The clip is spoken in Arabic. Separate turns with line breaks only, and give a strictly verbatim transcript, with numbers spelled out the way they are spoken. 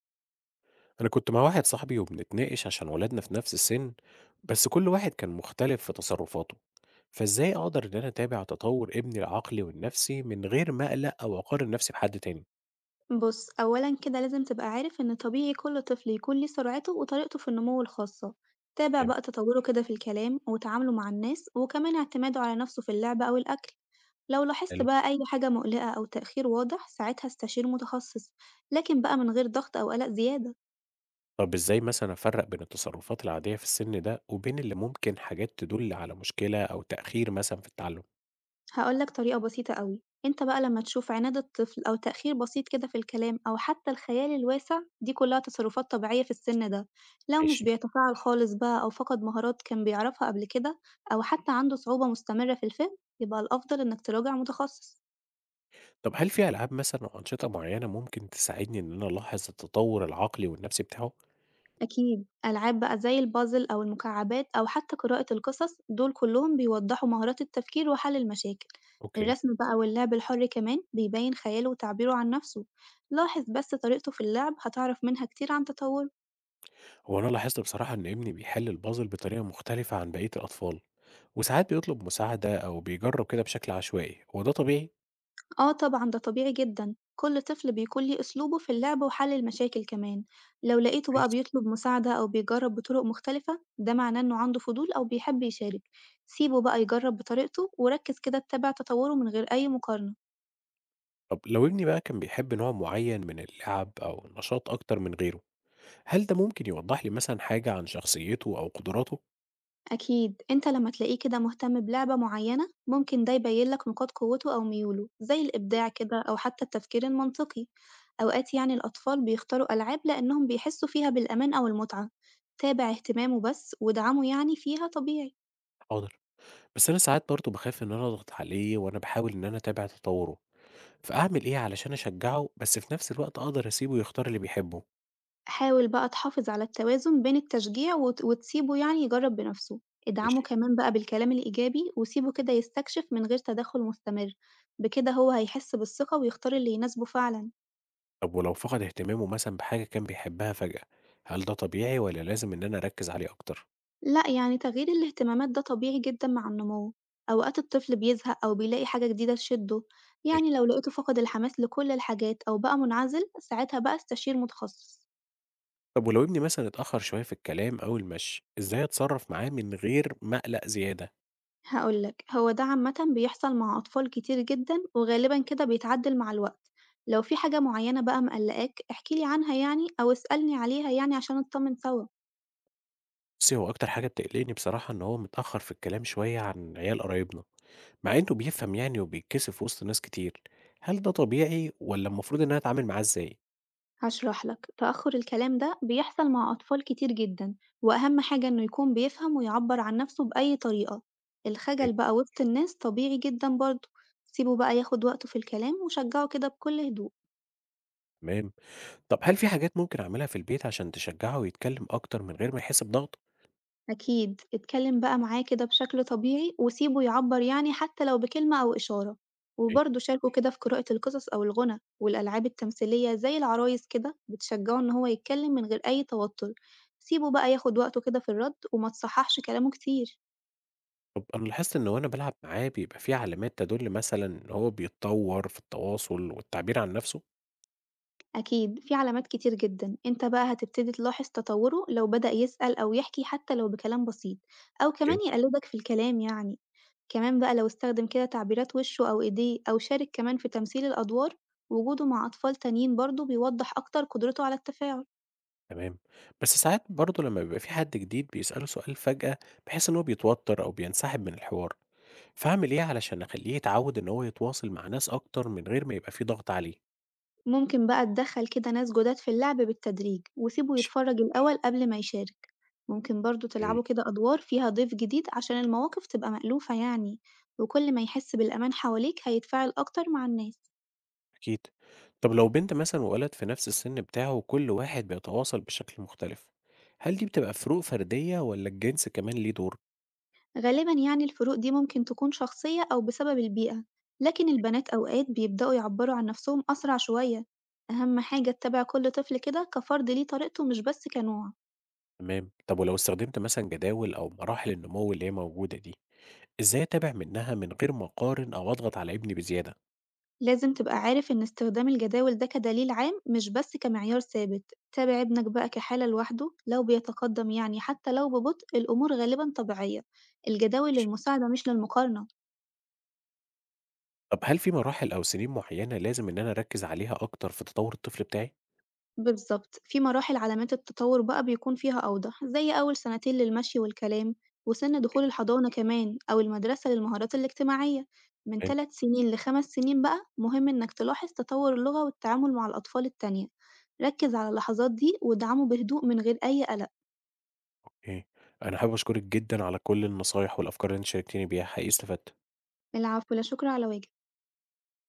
أنا كنت مع واحد صاحبي وبنتناقش عشان ولادنا في نفس السن. بس كل واحد كان مختلف في تصرفاته، فإزاي أقدر إن أنا أتابع تطور ابني العقلي والنفسي من غير ما أقلق أو أقارن نفسي بحد تاني؟
بص أولا كده لازم تبقى عارف إن طبيعي كل طفل يكون ليه سرعته وطريقته في النمو الخاصة، تابع
تمام.
بقى تطوره كده في الكلام وتعامله مع الناس وكمان اعتماده على نفسه في اللعب أو الأكل، لو لاحظت
حلو.
بقى أي حاجة مقلقة أو تأخير واضح ساعتها استشير متخصص، لكن بقى من غير ضغط أو قلق زيادة.
طب إزاي مثلا أفرق بين التصرفات العادية في السن ده وبين اللي ممكن حاجات تدل على مشكلة أو تأخير مثلا في التعلم؟
هاقول لك طريقة بسيطة أوي، أنت بقى لمّا تشوف عناد الطفل أو تأخير بسيط كده في الكلام أو حتى الخيال الواسع دي كلها تصرفات طبيعية في السن ده، لو مش
ماشي.
بيتفاعل خالص بقى أو فقد مهارات كان بيعرفها قبل كده أو حتى عنده صعوبة مستمرة في الفهم يبقى الأفضل إنك تراجع متخصص.
طب هل في ألعاب مثلا أو أنشطة معينة ممكن تساعدني إن أنا ألاحظ التطور العقلي والنفسي بتاعه؟
أكيد، ألعاب بقى زي الpuzzle أو المكعبات أو حتى قراءة القصص دول كلهم بيوضحوا مهارات التفكير وحل المشاكل،
أوكي.
الرسم بقى واللعب الحر كمان بيبين خياله وتعبيره عن نفسه، لاحظ بس طريقته في اللعب هتعرف منها كتير عن تطوره.
هو أنا لاحظت بصراحة إن ابني بيحل البازل بطريقة مختلفة عن بقية الأطفال، وساعات بيطلب مساعدة أو بيجرب كده بشكل عشوائي، هو ده طبيعي؟
آه طبعًا ده طبيعي جدًا، كل طفل بيكون ليه أسلوبه في اللعب وحل المشاكل كمان، لو لقيته بقى
كويس.
بيطلب مساعدة أو بيجرب بطرق مختلفة ده معناه إنه عنده فضول أو بيحب يشارك، سيبه بقى يجرب بطريقته وركز كده تتابع تطوره من غير أي مقارنة.
طب لو ابني بقى كان بيحب نوع معين من اللعب أو النشاط أكتر من غيره، هل ده ممكن يوضح لي مثلا حاجة عن شخصيته أو قدراته؟
أكيد، أنت لما تلاقيه كده مهتم بلعبة معينة ممكن ده يبين لك نقاط قوته أو ميوله زي الإبداع كده أو حتى التفكير المنطقي، أوقات يعني الأطفال بيختاروا ألعاب لأنهم بيحسوا فيها بالأمان أو المتعة، تابع اهتمامه بس وادعمه يعني فيها طبيعي.
حاضر، بس أنا ساعات برضه بخاف إن أنا أضغط عليه وأنا بحاول إن أنا أتابع تطوره، فأعمل إيه علشان أشجعه بس في نفس الوقت أقدر أسيبه يختار اللي بيحبه؟
حاول بقى تحافظ على التوازن بين التشجيع وت- وتسيبه يعني يجرب بنفسه، ادعمه
ماشي.
كمان بقى بالكلام الإيجابي وسيبه كده يستكشف من غير تدخل مستمر، بكده هو هيحس بالثقة ويختار اللي يناسبه فعلا.
طب ولو فقد اهتمامه مثلا بحاجة كان بيحبها فجأة، هل ده طبيعي ولا لازم إن أنا أركز عليه أكتر؟
لأ، يعني تغيير الاهتمامات ده طبيعي جدًا مع النمو، أوقات الطفل بيزهق أو بيلاقي حاجة جديدة تشده،
ماشي.
يعني لو لقيته فقد الحماس لكل الحاجات أو بقى منعزل ساعتها بقى استشير متخصص.
طب ولو ابني مثلًا اتأخّر شوية في الكلام أو المشي، إزاي أتصرّف معاه من غير ما أقلق زيادة؟
هاقول لك، هو ده عامةً بيحصل مع أطفال كتير جدًا وغالبًا كده بيتعدل مع الوقت، لو في حاجة معينة بقى مقلقاك احكِ لي عنها يعني أو اسألني عليها يعني عشان نطمن سوا.
بُصّي، هو أكتر حاجة بتقلقني بصراحة إن هو متأخّر في الكلام شوية عن عيال قرايبنا، مع إنه بيفهم يعني وبيتكسف وسط ناس كتير. هل ده طبيعي والّا المفروض إن أنا أتعامل معاه إزاي؟
هشرح لك، تأخر الكلام ده بيحصل مع أطفال كتير جدا، وأهم حاجة إنه يكون بيفهم ويعبر عن نفسه بأي طريقة.
أوكي.
الخجل بقى وسط الناس طبيعي جدا برضه. سيبه بقى ياخد وقته في الكلام وشجعه كده بكل هدوء.
تمام. طب هل في حاجات ممكن أعملها في البيت عشان تشجّعه ويتكلم أكتر من غير ما يحس بضغط؟
أكيد، اتكلم بقى معاه كده بشكل طبيعي وسيبه يعبر يعني حتى لو بكلمة أو إشارة،
أوكي.
وبرضه شاركه كده في قراءة القصص أو الغنى والألعاب التمثيلية زي العرايس، كده بتشجعه إن هو يتكلم من غير أي توتر. سيبه بقى ياخد وقته كده في الرد وما تصححش كلامه كتير.
طب أنا لاحظت إن وأنا بالعب معاه بيبقى في علامات تدُل مثلًا إن هو بيتطوّر في التواصل والتعبير عن نَفْسه.
أكيد في علامات كتير جدا، انت بقى هتبتدي تلاحظ تطوره لو بدأ يسأل أو يحكي حتى لو بكلام بسيط، أو كمان
أوكي.
يقلدك في الكلام يعني. كمان بقى لو استخدم كده تعبيرات وشه أو إيديه أو شارك كمان في تمثيل الأدوار، وجوده مع أطفال تانيين برضه بيوضح أكتر قدرته على التفاعل.
تمام، بس ساعات برضه لمّا بيبقى في حد جديد بيسأله سؤال فجأة بحيث إن هو بيتوتر أو بينسحب من الحوار، فاعمل إيه علشان أخلّيه يتعود إن هو يتواصل مع ناس أكتر من غير ما يبقى في ضغط عليه؟
ممكن بقى تدخل كده ناس جداد في اللعب بالتدريج وسيبه يتفرج الأول قبل ما يشارك، ممكن برضه
أوكي،
تلعبوا كده أدوار فيها ضيف جديد عشان المواقف تبقى مألوفة يعني، وكل ما يحس بالأمان حواليك هيتفاعل أكتر مع الناس.
أكيد. طب لو بنت مثلًا وولد في نفس السن بتاعه وكل واحد بيتواصل بشكل مختلف، هل دي بتبقى فروق فردية والّا الجنس كمان ليه دور؟
غالبًا يعني الفروق دي ممكن تكون شخصية أو بسبب البيئة، لكن البنات أوقات بيبدأوا يعبروا عن نفسهم أسرع شوية، أهم حاجة تتابع كل طفل كده كفرد ليه طريقته مش بس كنوع.
تمام، طب ولو استخدمت مثلًا جداول أو مراحل النمو اللي هي موجودة دي، إزاي أتابع منها من غير ما أقارن أو أضغط على ابني بزيادة؟
لازم تبقى عارف إن استخدام الجداول ده كدليل عام مش بس كمعيار ثابت، تابع ابنك بقى كحالة لوحده، لو بيتقدم يعني حتى لو ببطء الأمور غالبًا طبيعية، الجداول للمساعدة مش للمقارنة.
طب هل في مراحل أو سنين معيّنة لازم إن أنا أركّز عليها أكتر في تطوّر الطفل بتاعي؟
بالضبط. في مراحل علامات التطوّر بقى بيكون فيها أوضح، زي أول سنتين للمشي والكلام، وسِن دخول الحضانة كمان أو المدرسة للمهارات الاجتماعية. من ثلاث سنين لخمس سنين بقى مهم إنك تلاحظ تطوّر اللغة والتعامل مع الأطفال التانية. ركّز على اللحظات دي وادعمه بهدوء من غير أي قلق.
إمم، أنا حابب أشكرِك جدًا على كل النصايح والأفكار اللي أنتِ شاركتيني بيها، حقيقي استفدت.
العفو، لا شكر على واجب.